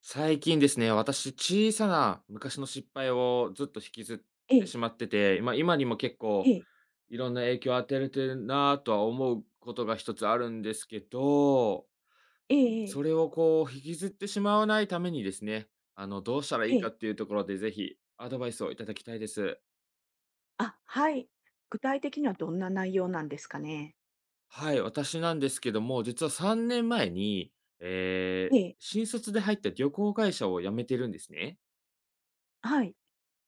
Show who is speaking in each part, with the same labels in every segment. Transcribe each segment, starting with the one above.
Speaker 1: 最近ですね、私、小さな昔の失敗をずっと引きずっ
Speaker 2: え
Speaker 1: てし
Speaker 2: え、
Speaker 1: まってて、まあ、今にも結
Speaker 2: え
Speaker 1: 構
Speaker 2: え、
Speaker 1: いろんな影響を与えれてるなとは思うことが一つあるんですけど、
Speaker 2: えええ
Speaker 1: そ
Speaker 2: え、
Speaker 1: れをこう引きずってしまわないためにですね、あの、どうしたらい
Speaker 2: え
Speaker 1: いかっ
Speaker 2: え。
Speaker 1: ていうところで、ぜひアドバイスをいただきたいです。
Speaker 2: あ、はい。具体的にはどんな内容なんですかね？
Speaker 1: はい、私なんですけども、実は3年前に、
Speaker 2: ええ、
Speaker 1: 新卒で入った旅行会社を辞めてるんですね。
Speaker 2: はい、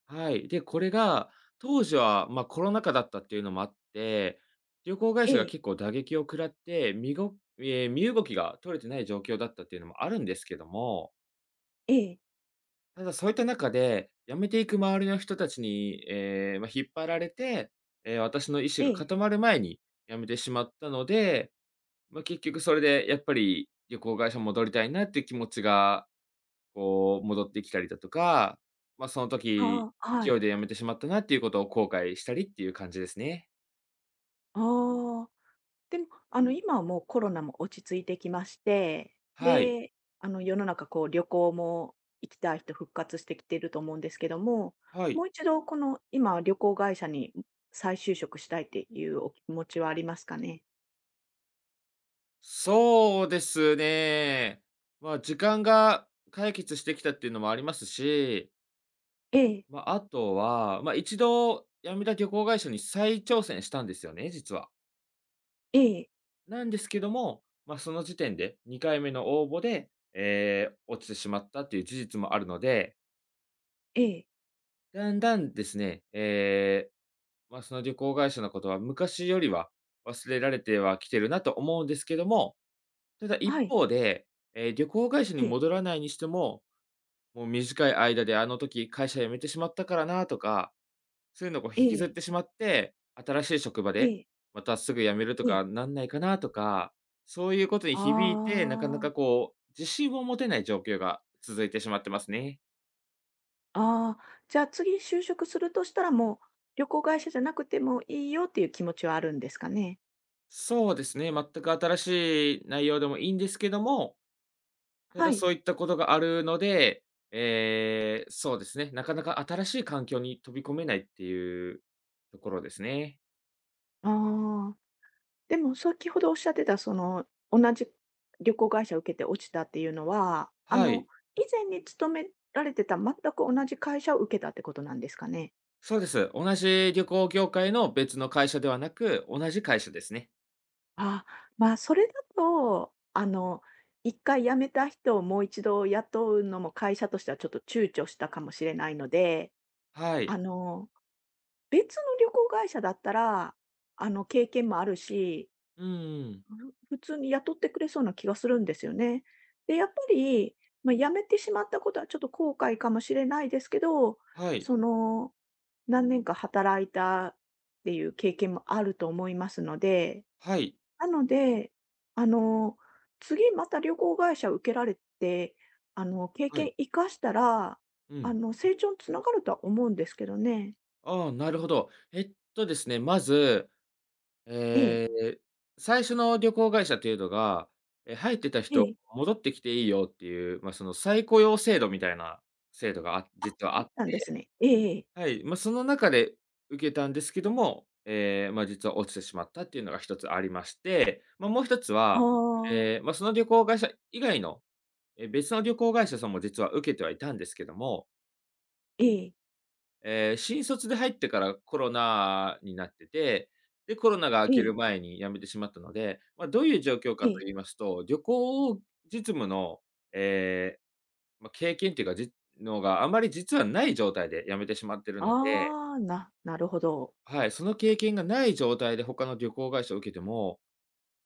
Speaker 1: はい。で、これが、当時は、まあ、コロナ禍だったっていうのもあって、旅行会
Speaker 2: え
Speaker 1: 社が
Speaker 2: え、
Speaker 1: 結構打撃を食らって、みごええ、身動きが取れてない状況だったっていうのもあるんですけども、
Speaker 2: ええ、
Speaker 1: ただそういった中で、辞めていく周りの人たちに、まあ、引っ張られて、私の意思
Speaker 2: え
Speaker 1: が
Speaker 2: え。
Speaker 1: 固まる前に辞めてしまったので、まあ、結局それでやっぱり旅行会社戻りたいなっていう気持ちがこう、戻ってきたりだとか、まあ、その時、
Speaker 2: ああ、は
Speaker 1: 勢
Speaker 2: い。
Speaker 1: いで辞めてしまったなっていうことを後悔したりっていう感じですね。
Speaker 2: ああ。でも、今はもうコロナも落ち着いてきまして、
Speaker 1: はい。
Speaker 2: で、世の中こう旅行も行きたい人復活してきてると思うんですけども、
Speaker 1: はい。
Speaker 2: もう一度この今旅行会社に再就職したいっていうお気持ちはありますかね？
Speaker 1: そうですね。まあ、時間が解決してきたっていうのもありますし、
Speaker 2: ええ、
Speaker 1: まあ、あとは、まあ、一度辞めた旅行会社に再挑戦したんですよね、実は。
Speaker 2: ええ、
Speaker 1: なんですけども、まあ、その時点で2回目の応募で、落ちてしまったっていう事実もあるので、
Speaker 2: ええ、
Speaker 1: だんだんですね、まあ、その旅行会社のことは昔よりは忘れられてはきてるなと思うんですけども、ただ一
Speaker 2: はい、
Speaker 1: 方で、旅行会社に
Speaker 2: ええ、
Speaker 1: 戻らないにしても、もう短い間であの時会社辞めてしまったからなとか、そういうのをこう
Speaker 2: え
Speaker 1: 引きずっ
Speaker 2: え、
Speaker 1: てしまって、新しい職場
Speaker 2: え
Speaker 1: で、
Speaker 2: え。
Speaker 1: またすぐ辞めると
Speaker 2: ええ。
Speaker 1: かなんないかなとか、そういうことに
Speaker 2: あ
Speaker 1: 響いて、なかな
Speaker 2: あ、
Speaker 1: かこう、自信を持てない状況が続いてしまってますね。
Speaker 2: ああ、じゃあ次就職するとしたら、もう旅行会社じゃなくてもいいよっていう気持ちはあるんですかね？
Speaker 1: そうですね、全く新しい内容でもいいんですけども、た
Speaker 2: は
Speaker 1: だ、
Speaker 2: い。
Speaker 1: そういったことがあるので、そうですね、なかなか新しい環境に飛び込めないっていうところですね。
Speaker 2: ああ、でも先ほどおっしゃってた、同じ旅行会社を受けて落ちたっていうのは、
Speaker 1: はい、
Speaker 2: 以前に勤められてた全く同じ会社を受けたってことなんですかね？
Speaker 1: そうです。同じ旅行業界の別の会社ではなく、同じ会社ですね。
Speaker 2: あまあ、それだと、1回辞めた人をもう一度雇うのも会社としてはちょっと躊躇したかもしれないので、
Speaker 1: は
Speaker 2: あ
Speaker 1: い。
Speaker 2: の別の旅行会社だったら、経験もあるし、
Speaker 1: うんうん。
Speaker 2: 普通に雇ってくれそうな気がするんですよね。で、やっぱり、まあ、辞めてしまったことはちょっと後悔かもしれないですけど、
Speaker 1: はい。
Speaker 2: その、何年か働いたっていう経験もあると思いますので、
Speaker 1: はい。
Speaker 2: なので、あの、次また旅行会社受けられて、経
Speaker 1: はい。
Speaker 2: 験生かしたら、
Speaker 1: うん。
Speaker 2: 成長につながるとは思うんですけどね。
Speaker 1: ああ、なるほど。えっとですね、まず
Speaker 2: ええ、
Speaker 1: ええ、最初の旅行会社っていうのが、入ってた
Speaker 2: え
Speaker 1: 人、
Speaker 2: え。
Speaker 1: 戻ってきていいよっていう、まあ、その再雇用制度みたいな制度が
Speaker 2: あ、
Speaker 1: 実はあ
Speaker 2: そ
Speaker 1: っ
Speaker 2: うなんで
Speaker 1: て、
Speaker 2: すね。ええええ。
Speaker 1: はい、まあ、その中で受けたんですけども、まあ、実は落ちてしまったっていうのが一つありまして、まあ、もう一つ
Speaker 2: あ
Speaker 1: は、
Speaker 2: あ、
Speaker 1: まあ、その旅行会社以外の、別の旅行会社さんも実は受けてはいたんですけども、
Speaker 2: ええ、
Speaker 1: 新卒で入ってからコロナになってて、で、コロナが明
Speaker 2: え
Speaker 1: ける
Speaker 2: え、
Speaker 1: 前に辞めてしまったので、まあ、どういう状況
Speaker 2: え
Speaker 1: かと
Speaker 2: え。
Speaker 1: 言いますと、旅行実務の、ええ、まあ、経験というか、のがあまり実はない状態で辞めてしまってるので、
Speaker 2: ああ、なるほど。
Speaker 1: はい、その経験がない状態で他の旅行会社を受けても、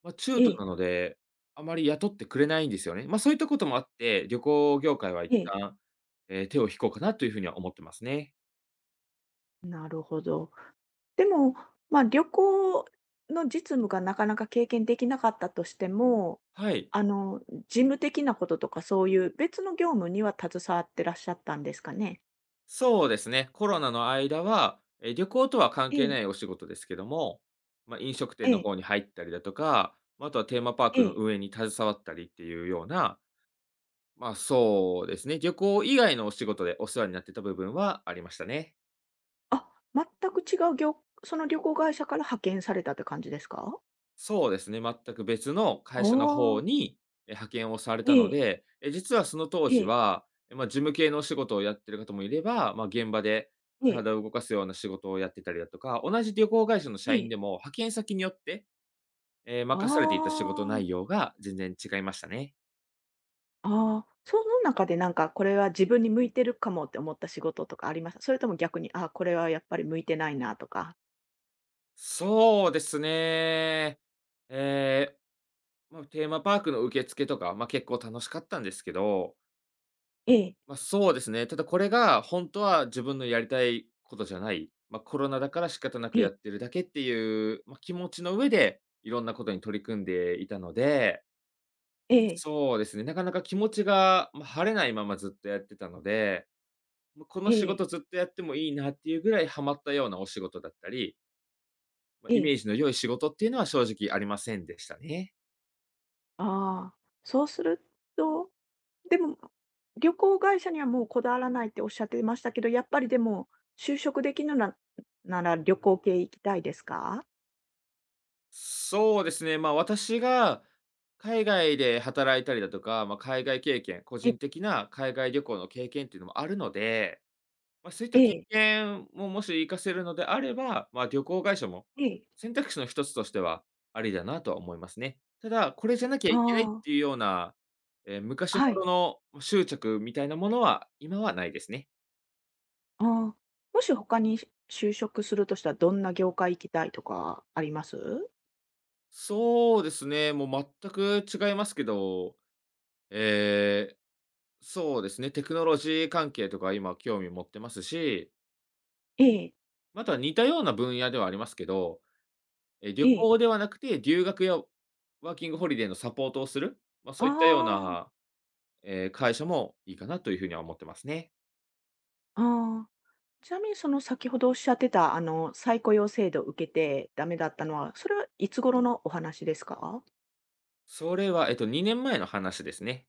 Speaker 1: まあ、中
Speaker 2: え
Speaker 1: 途
Speaker 2: え、
Speaker 1: なので、あまり雇ってくれないんですよね。まあ、そういったこともあって、旅行業界は一
Speaker 2: ええ、
Speaker 1: 旦、手を引こうかなというふうには思ってますね。
Speaker 2: なるほど。でも、まあ、旅行の実務がなかなか経験できなかったとしても、
Speaker 1: はい。
Speaker 2: あの、事務的なこととかそういう別の業務には携わってらっしゃったんですかね？
Speaker 1: そうですね。コロナの間は、旅行とは関
Speaker 2: え
Speaker 1: 係な
Speaker 2: え、
Speaker 1: いお仕事ですけども、まあ、飲食店
Speaker 2: え
Speaker 1: の
Speaker 2: え、
Speaker 1: 方に入ったりだとか、ま、ああとはテーマパー
Speaker 2: え
Speaker 1: クの
Speaker 2: え。
Speaker 1: 運営に携わったりっていうような、ま、そうですね、旅行以外のお仕事でお世話になってた部分はありましたね。
Speaker 2: あ、全く違う業、その旅行会社から派遣されたって感じですか？
Speaker 1: そうですね、全く別の
Speaker 2: あ
Speaker 1: 会社の方
Speaker 2: あ、
Speaker 1: に、派遣をされたの
Speaker 2: え
Speaker 1: で、実はその当
Speaker 2: え
Speaker 1: 時
Speaker 2: え、
Speaker 1: は、まあ、事務系のお仕事をやってる方もいれば、まあ、現場で
Speaker 2: ええ、ええ、
Speaker 1: 体を動かすような仕事をやってたりだとか、同じ旅行会社の社
Speaker 2: え
Speaker 1: 員
Speaker 2: え。
Speaker 1: でも派遣先によって、
Speaker 2: あ
Speaker 1: 任されていた仕事
Speaker 2: あ、
Speaker 1: 内容が全然違いましたね。
Speaker 2: ああ、その中でなんか、これは自分に向いてるかもって思った仕事とかありました？それとも逆に、あこれはやっぱり向いてないなとか。
Speaker 1: そうですね。ええ、まあ、テーマパークの受付とか、まあ、結構楽しかったんですけど
Speaker 2: ええ、
Speaker 1: まあ、そうですね。ただこれが、本当は自分のやりたいことじゃない、まあ、コロナだから仕方なく
Speaker 2: ええ、
Speaker 1: やってるだけっていう、まあ、気持ちの上で、いろんなことに取り組んでいたので、
Speaker 2: ええ、
Speaker 1: そうですね、なかなか気持ちが、ま、晴れないままずっとやってたので、まあこの
Speaker 2: え
Speaker 1: 仕
Speaker 2: え、
Speaker 1: 事ずっとやってもいいなっていうぐらいハマったようなお仕事だったり、ま、
Speaker 2: え
Speaker 1: イメ
Speaker 2: え。
Speaker 1: ージの良い仕事っていうのは正直ありませんでしたね。
Speaker 2: ああ、そうすると、でも、旅行会社にはもうこだわらないっておっしゃってましたけど、やっぱりでも、就職できるなら旅行系行きたいですか？
Speaker 1: そうですね、まあ、私が海外で働いたりだとか、まあ、海外経験、個
Speaker 2: ええ、
Speaker 1: 人的な海外旅行の経験っていうのもあるので、まあ、そういっ
Speaker 2: え
Speaker 1: た経
Speaker 2: え、
Speaker 1: 験ももし活かせるのであれば、まあ、旅行会社も
Speaker 2: ええ。
Speaker 1: 選択肢の一つとしてはありだなとは思いますね。ただ、これじゃなきゃ
Speaker 2: あ
Speaker 1: いけないっ
Speaker 2: あ、
Speaker 1: ていうような、昔
Speaker 2: は
Speaker 1: ほ
Speaker 2: い。
Speaker 1: どのまあ執着みたいなものは今はないですね。
Speaker 2: ああ、もし他に就職するとしたらどんな業界行きたいとかあります？
Speaker 1: そうですね、もう全く違いますけど、えーそうですね、テクノロジー関係とか今興味持ってますし、
Speaker 2: ええ、
Speaker 1: また似たような分野ではありますけど、
Speaker 2: え
Speaker 1: 旅
Speaker 2: え。
Speaker 1: 行ではなくて、留学やワーキングホリデーのサポートをする、まあ、そういったよう
Speaker 2: ああ、
Speaker 1: な、会社もいいかなというふうには思ってますね。
Speaker 2: ああ。ちなみにその先ほどおっしゃってた、再雇用制度を受けてダメだったのは、それはいつ頃のお話ですか？
Speaker 1: それは、えっと、2年前の話ですね。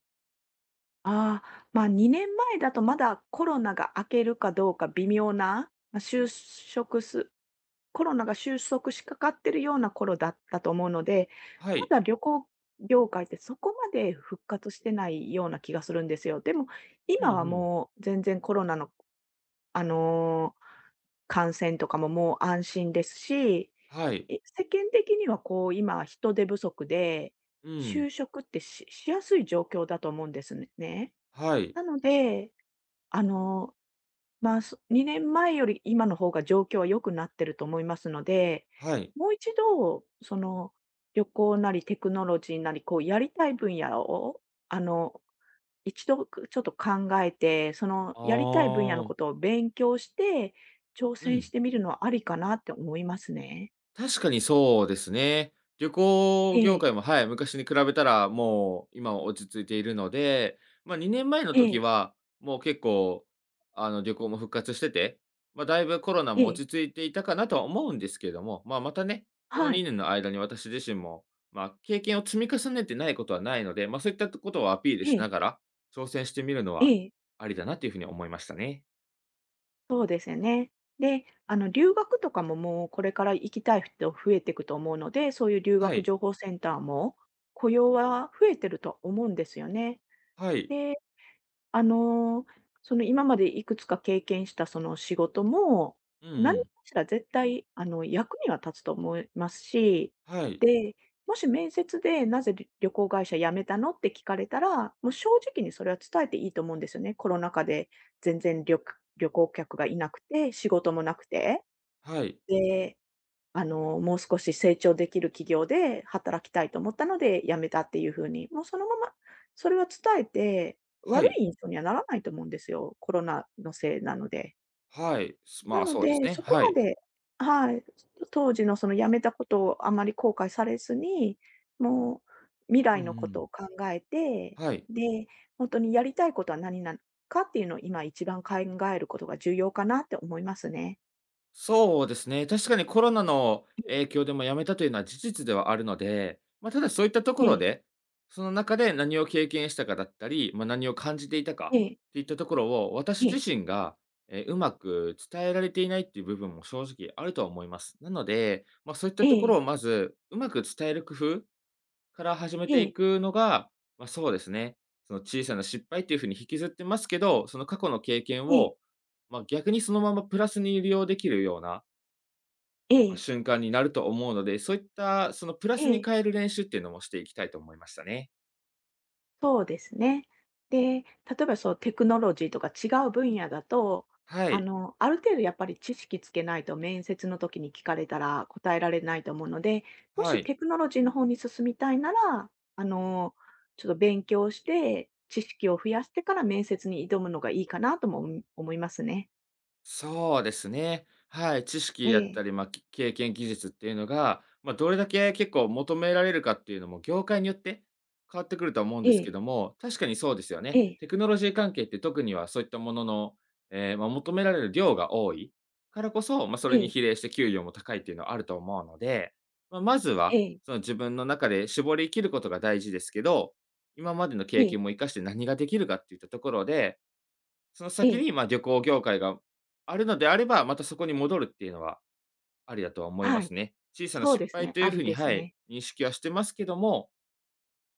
Speaker 2: ああ、ま、2年前だとまだコロナが明けるかどうか微妙な、まあ、就職すコロナが収束しかかってるような頃だったと思うので、
Speaker 1: は
Speaker 2: ま
Speaker 1: い。
Speaker 2: だ旅行業界ってそこまで復活してないような気がするんですよ。でも、
Speaker 1: うんう
Speaker 2: 今は
Speaker 1: ん。
Speaker 2: もう全然コロナの、あの、感染とかももう安心ですし、
Speaker 1: はい。
Speaker 2: 世間的にはこう今人手不足で、
Speaker 1: うん。
Speaker 2: 就職ってしやすい状況だと思うんですね。
Speaker 1: はい。
Speaker 2: なので、あのまあ、2年前より今の方が状況は良くなってると思いますので、
Speaker 1: はい。
Speaker 2: もう一度、旅行なりテクノロジーなり、やりたい分野を、あの、一度ちょっと考えて、
Speaker 1: あ
Speaker 2: やりたい分野の
Speaker 1: あ。
Speaker 2: ことを勉強して、挑
Speaker 1: う
Speaker 2: 戦し
Speaker 1: ん。
Speaker 2: てみるのはありかなって思いますね。
Speaker 1: 確かにそうですね。旅行
Speaker 2: え
Speaker 1: 業
Speaker 2: え、
Speaker 1: 界も、はい、昔に比べたら、もう今は落ち着いているので、ま、2年前の
Speaker 2: え
Speaker 1: 時
Speaker 2: え、
Speaker 1: は、もう結構、あの、旅行も復活してて、ま、だいぶコロナ
Speaker 2: え
Speaker 1: も
Speaker 2: え、
Speaker 1: 落ち着いていたかなとは思うんですけれども、ま、またね、この
Speaker 2: はい、
Speaker 1: 2年の間に私自身も、ま、経験を積み重ねてないことはないので、ま、そういったことをアピール
Speaker 2: え
Speaker 1: しな
Speaker 2: え、
Speaker 1: がら、挑戦してみるの
Speaker 2: え
Speaker 1: は
Speaker 2: え。
Speaker 1: ありだなというふうに思いましたね。
Speaker 2: そうですよね。で、留学とかももうこれから行きたい人増えていくと思うので、そういう留
Speaker 1: は
Speaker 2: 学
Speaker 1: い、
Speaker 2: 情報センターも雇用は増えてると思うんですよね。
Speaker 1: はい、
Speaker 2: で、あの、今までいくつか経験したその仕事も、
Speaker 1: うんう
Speaker 2: 何か
Speaker 1: ん、
Speaker 2: しら絶対役には立つと思いますし、
Speaker 1: はい、
Speaker 2: で、もし面接でなぜ旅行会社辞めたのって聞かれたら、もう正直にそれは伝えていいと思うんですよね。コロナ禍で全然旅行客がいなくて、仕事もなくて。
Speaker 1: はい、
Speaker 2: で、もう少し成長できる企業で働きたいと思ったので辞めたっていう風に、もうそのままそれは伝えて、
Speaker 1: は
Speaker 2: 悪
Speaker 1: い。
Speaker 2: い印象にはならないと思うんですよ、コロナのせいなので。
Speaker 1: はい、ま
Speaker 2: な
Speaker 1: あ、
Speaker 2: の
Speaker 1: そうです
Speaker 2: で、
Speaker 1: ね、
Speaker 2: そこ
Speaker 1: はい。
Speaker 2: まで、はい、当時のその辞めたことをあまり後悔されずに、もう未
Speaker 1: う
Speaker 2: 来
Speaker 1: ん
Speaker 2: の
Speaker 1: う
Speaker 2: こ
Speaker 1: ん。
Speaker 2: とを考えて、
Speaker 1: はい。
Speaker 2: で、本当にやりたいことは何なのかっていうのを今一番考えることが重要かなって思いますね。
Speaker 1: そうですね、確かにコロナの
Speaker 2: ええ。
Speaker 1: 影響でも辞めたというのは事実ではあるので、まあ、ただそういったところ
Speaker 2: ええ。
Speaker 1: で、その中で何を経験したかだったり、まあ、何を感じていたか
Speaker 2: え
Speaker 1: っ
Speaker 2: え。
Speaker 1: ていったところを、
Speaker 2: え
Speaker 1: 私
Speaker 2: え。
Speaker 1: 自身が、うまく伝えられていないっていう部分も正直あるとは思います。なので、まあ、そういった
Speaker 2: え
Speaker 1: ところを
Speaker 2: え。
Speaker 1: まず、うまく伝える工夫から始め
Speaker 2: え
Speaker 1: てい
Speaker 2: え。
Speaker 1: くのが、まあ、そうですね、その小さな失敗っていうふうに引きずってますけど、その過去の経験
Speaker 2: ええ、
Speaker 1: を、まあ、逆にそのままプラスに利用できるような、
Speaker 2: え
Speaker 1: ま、
Speaker 2: え、
Speaker 1: 瞬間になると思うので、そういったそのプラスに
Speaker 2: ええ、
Speaker 1: 変える練習っていうのもしていきたいと思いましたね。
Speaker 2: そうですね。で、例えば、そう、テクノロジーとか違う分野だと、
Speaker 1: はい、
Speaker 2: ある程度やっぱり知識つけないと面接の時に聞かれたら答えられないと思うので、も
Speaker 1: は
Speaker 2: し
Speaker 1: い。
Speaker 2: テクノロジーの方に進みたいなら、あの、ちょっと勉強して、知識を増やしてから面接に挑むのがいいかなとも、思いますね。
Speaker 1: そうですね。はい、知識
Speaker 2: え
Speaker 1: だった
Speaker 2: え、
Speaker 1: り、まあ、経験、技術っていうのが、まあ、どれだけ結構求められるかっていうのも業界によって変わってくるとは思うんで
Speaker 2: え
Speaker 1: すけ
Speaker 2: え、
Speaker 1: ども、確かにそうですよね。
Speaker 2: ええ、
Speaker 1: テクノロジー関係って特にはそういったものの、まあ、求められる量が多いからこそ、まあ、そ
Speaker 2: え
Speaker 1: れに
Speaker 2: え、
Speaker 1: 比例して給料も高いっていうのはあると思うので、まあ、まずは、
Speaker 2: ええ、
Speaker 1: その自分の中で絞り切ることが大事ですけど、今までの
Speaker 2: え
Speaker 1: 経
Speaker 2: え、
Speaker 1: 験も生かして何ができるかっていったところでその
Speaker 2: え
Speaker 1: 先
Speaker 2: え、
Speaker 1: に、まあ、旅行業界があるのであれば、またそこに戻るっていうのはありだとは思い
Speaker 2: は
Speaker 1: ま
Speaker 2: い、
Speaker 1: すね。小さな
Speaker 2: そう
Speaker 1: 失
Speaker 2: です
Speaker 1: 敗
Speaker 2: ね、
Speaker 1: とい
Speaker 2: あ
Speaker 1: うふ
Speaker 2: り
Speaker 1: うに、
Speaker 2: です
Speaker 1: はい、
Speaker 2: ね。
Speaker 1: 認識はしてますけども、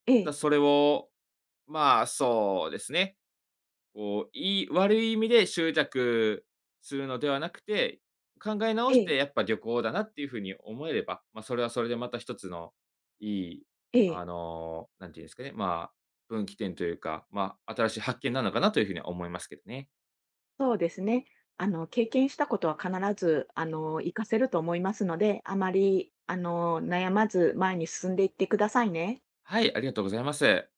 Speaker 2: え
Speaker 1: ただ
Speaker 2: え、
Speaker 1: それを、まあ、そうですね、こう、いい悪い意味で執着するのではなくて、考え直
Speaker 2: え
Speaker 1: して、
Speaker 2: え、
Speaker 1: やっぱ旅行だなっていうふうに思えれば、まあ、それはそれでまた一つのいい、
Speaker 2: え
Speaker 1: あ
Speaker 2: え。
Speaker 1: の、んていうんですかね、まあ、分岐点というか、まあ、新しい発見なのかなというふうには思いますけどね。
Speaker 2: そうですね。経験したことは必ず、活かせると思いますので、あまり、悩まず前に進んでいってくださいね。
Speaker 1: はい、ありがとうございます。